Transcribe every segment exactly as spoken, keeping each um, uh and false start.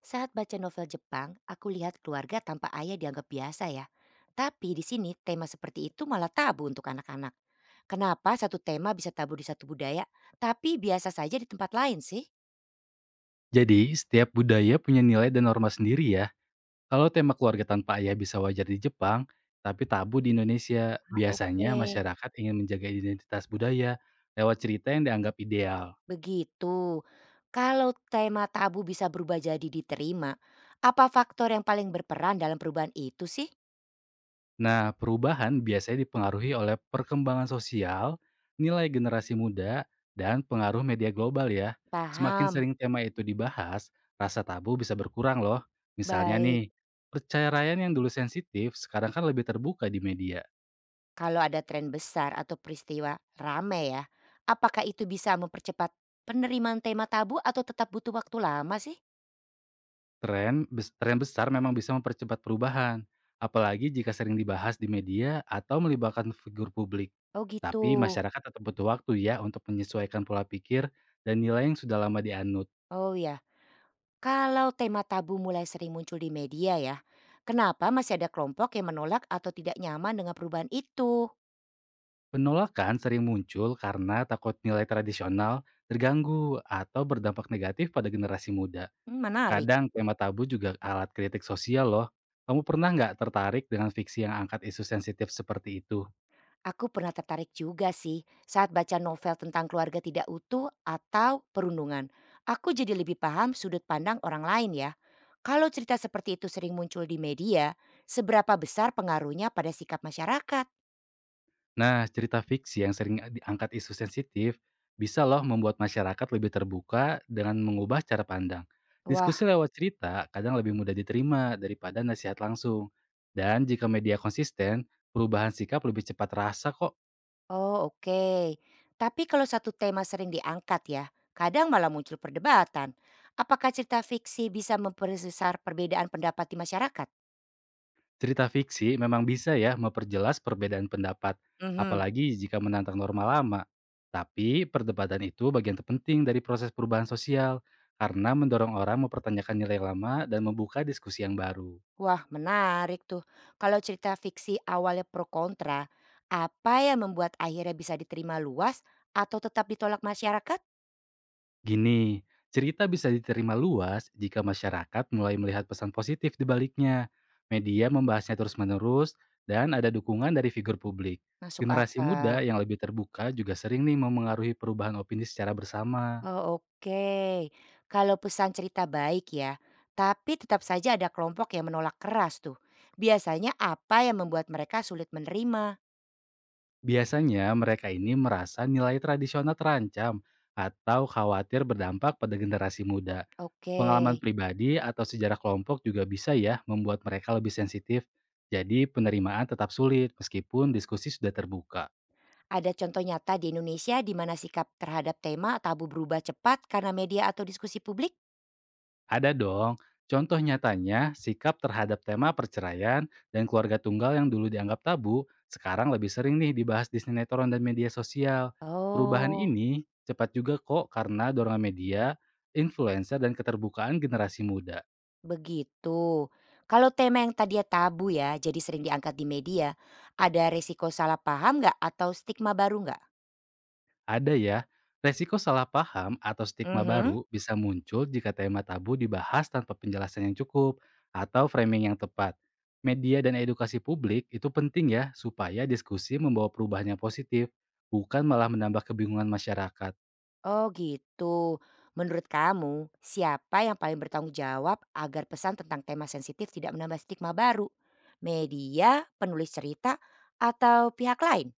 Saat baca novel Jepang, aku lihat keluarga tanpa ayah dianggap biasa ya. Tapi di sini tema seperti itu malah tabu untuk anak-anak. Kenapa satu tema bisa tabu di satu budaya, tapi biasa saja di tempat lain sih? Jadi, setiap budaya punya nilai dan norma sendiri ya. Kalau tema keluarga tanpa ayah bisa wajar di Jepang, tapi tabu di Indonesia. Ah, Biasanya oke. masyarakat ingin menjaga identitas budaya lewat cerita yang dianggap ideal. Begitu. Kalau tema tabu bisa berubah jadi diterima, apa faktor yang paling berperan dalam perubahan itu sih? Nah, perubahan biasanya dipengaruhi oleh perkembangan sosial, nilai generasi muda, dan pengaruh media global ya. Semakin Paham. sering tema itu dibahas, rasa tabu bisa berkurang loh. Misalnya Baik. nih, perceraian yang dulu sensitif sekarang kan lebih terbuka di media. Kalau ada tren besar atau peristiwa rame ya, apakah itu bisa mempercepat penerimaan tema tabu atau tetap butuh waktu lama sih? Tren bes tren besar memang bisa mempercepat perubahan, apalagi jika sering dibahas di media atau melibatkan figur publik. Oh gitu. Tapi masyarakat tetap butuh waktu ya untuk menyesuaikan pola pikir dan nilai yang sudah lama dianut. Oh ya. Kalau tema tabu mulai sering muncul di media ya, kenapa masih ada kelompok yang menolak atau tidak nyaman dengan perubahan itu? Penolakan sering muncul karena takut nilai tradisional terganggu atau berdampak negatif pada generasi muda. Hmm, menarik. Kadang tema tabu juga alat kritik sosial loh. Kamu pernah nggak tertarik dengan fiksi yang angkat isu sensitif seperti itu? Aku pernah tertarik juga sih saat baca novel tentang keluarga tidak utuh atau perundungan. Aku jadi lebih paham sudut pandang orang lain ya. Kalau cerita seperti itu sering muncul di media, seberapa besar pengaruhnya pada sikap masyarakat? Nah, cerita fiksi yang sering diangkat isu sensitif bisa loh membuat masyarakat lebih terbuka dengan mengubah cara pandang. Wah, Diskusi lewat cerita kadang lebih mudah diterima daripada nasihat langsung. Dan jika media konsisten, perubahan sikap lebih cepat terasa kok. oh oke. Tapi kalau satu tema sering diangkat ya, kadang malah muncul perdebatan. Apakah cerita fiksi bisa memperbesar perbedaan pendapat di masyarakat? Cerita fiksi memang bisa ya memperjelas perbedaan pendapat, Mhm. apalagi jika menantang norma lama. Tapi perdebatan itu bagian terpenting dari proses perubahan sosial karena mendorong orang mempertanyakan nilai lama dan membuka diskusi yang baru. Wah, menarik tuh. Kalau cerita fiksi awalnya pro kontra, apa yang membuat akhirnya bisa diterima luas atau tetap ditolak masyarakat? Gini, cerita bisa diterima luas jika masyarakat mulai melihat pesan positif di baliknya. Media membahasnya terus-menerus dan ada dukungan dari figur publik. Masuk Generasi muda akal. yang lebih terbuka juga sering nih memengaruhi perubahan opini secara bersama. Oh, oke. Kalau pesan cerita baik ya, tapi tetap saja ada kelompok yang menolak keras tuh. Biasanya apa yang membuat mereka sulit menerima? Biasanya mereka ini merasa nilai tradisional terancam atau khawatir berdampak pada generasi muda. Oke. Pengalaman pribadi atau sejarah kelompok juga bisa ya membuat mereka lebih sensitif. Jadi penerimaan tetap sulit meskipun diskusi sudah terbuka. Ada contoh nyata di Indonesia di mana sikap terhadap tema tabu berubah cepat karena media atau diskusi publik? Ada dong. Contoh nyatanya, sikap terhadap tema perceraian dan keluarga tunggal yang dulu dianggap tabu, sekarang lebih sering nih dibahas di sinetron dan media sosial. Perubahan Oh. ini cepat juga kok karena dorongan media, influencer, dan keterbukaan generasi muda. Begitu. Kalau tema yang tadinya tabu ya, jadi sering diangkat di media, ada resiko salah paham nggak atau stigma baru nggak? Ada ya, resiko salah paham atau stigma Mhm. baru bisa muncul jika tema tabu dibahas tanpa penjelasan yang cukup atau framing yang tepat. Media dan edukasi publik itu penting ya supaya diskusi membawa perubahan yang positif, bukan malah menambah kebingungan masyarakat. Oh gitu. Menurut kamu, siapa yang paling bertanggung jawab agar pesan tentang tema sensitif tidak menambah stigma baru? Media, penulis cerita, atau pihak lain?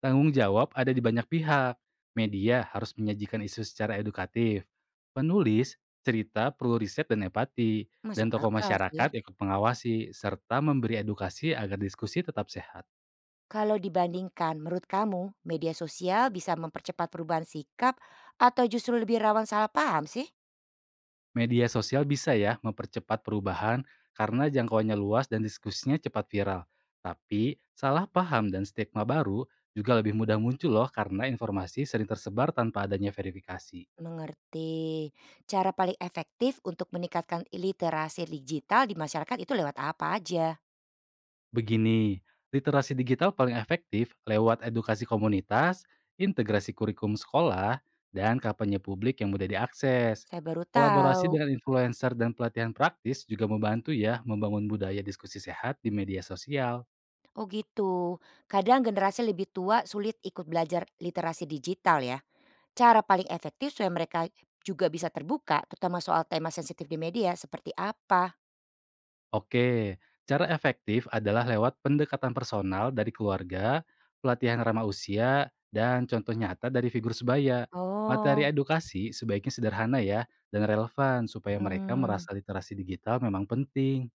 Tanggung jawab ada di banyak pihak. Media harus menyajikan isu secara edukatif. Penulis, cerita perlu riset dan empati, dan Masuk tokoh akal sih. masyarakat ikut mengawasi serta memberi edukasi agar diskusi tetap sehat. Kalau dibandingkan, menurut kamu media sosial bisa mempercepat perubahan sikap atau justru lebih rawan salah paham sih? Media sosial bisa ya mempercepat perubahan karena jangkauannya luas dan diskusinya cepat viral. Tapi salah paham dan stigma baru juga lebih mudah muncul loh karena informasi sering tersebar tanpa adanya verifikasi. Mengerti. Cara paling efektif untuk meningkatkan literasi digital di masyarakat itu lewat apa aja? Begini, literasi digital paling efektif lewat edukasi komunitas, integrasi kurikulum sekolah, dan kampanye publik yang mudah diakses. Saya baru Kolaborasi tahu. dengan influencer dan pelatihan praktis juga membantu ya membangun budaya diskusi sehat di media sosial. Oh gitu. Kadang generasi lebih tua sulit ikut belajar literasi digital ya. Cara paling efektif supaya mereka juga bisa terbuka terutama soal tema sensitif di media seperti apa? Oke, cara efektif adalah lewat pendekatan personal dari keluarga, pelatihan ramah usia, dan contoh nyata dari figur sebaya. Materi Oh, edukasi sebaiknya sederhana ya, dan relevan supaya mereka hmm. merasa literasi digital memang penting.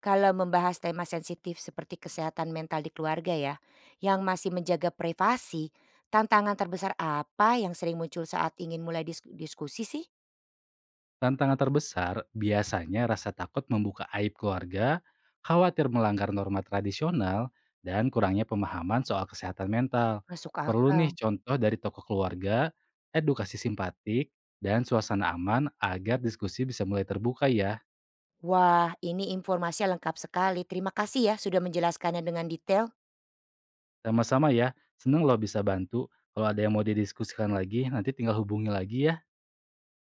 Kalau membahas tema sensitif seperti kesehatan mental di keluarga ya, yang masih menjaga privasi, tantangan terbesar apa yang sering muncul saat ingin mulai dis- diskusi sih? Tantangan terbesar biasanya rasa takut membuka aib keluarga, khawatir melanggar norma tradisional, dan kurangnya pemahaman soal kesehatan mental. Masuk Perlu akal. nih contoh dari tokoh keluarga, edukasi simpatik, dan suasana aman agar diskusi bisa mulai terbuka ya. Wah, ini informasinya lengkap sekali. Terima kasih ya sudah menjelaskannya dengan detail. Sama-sama ya, seneng loh bisa bantu. Kalau ada yang mau didiskusikan lagi, nanti tinggal hubungi lagi ya.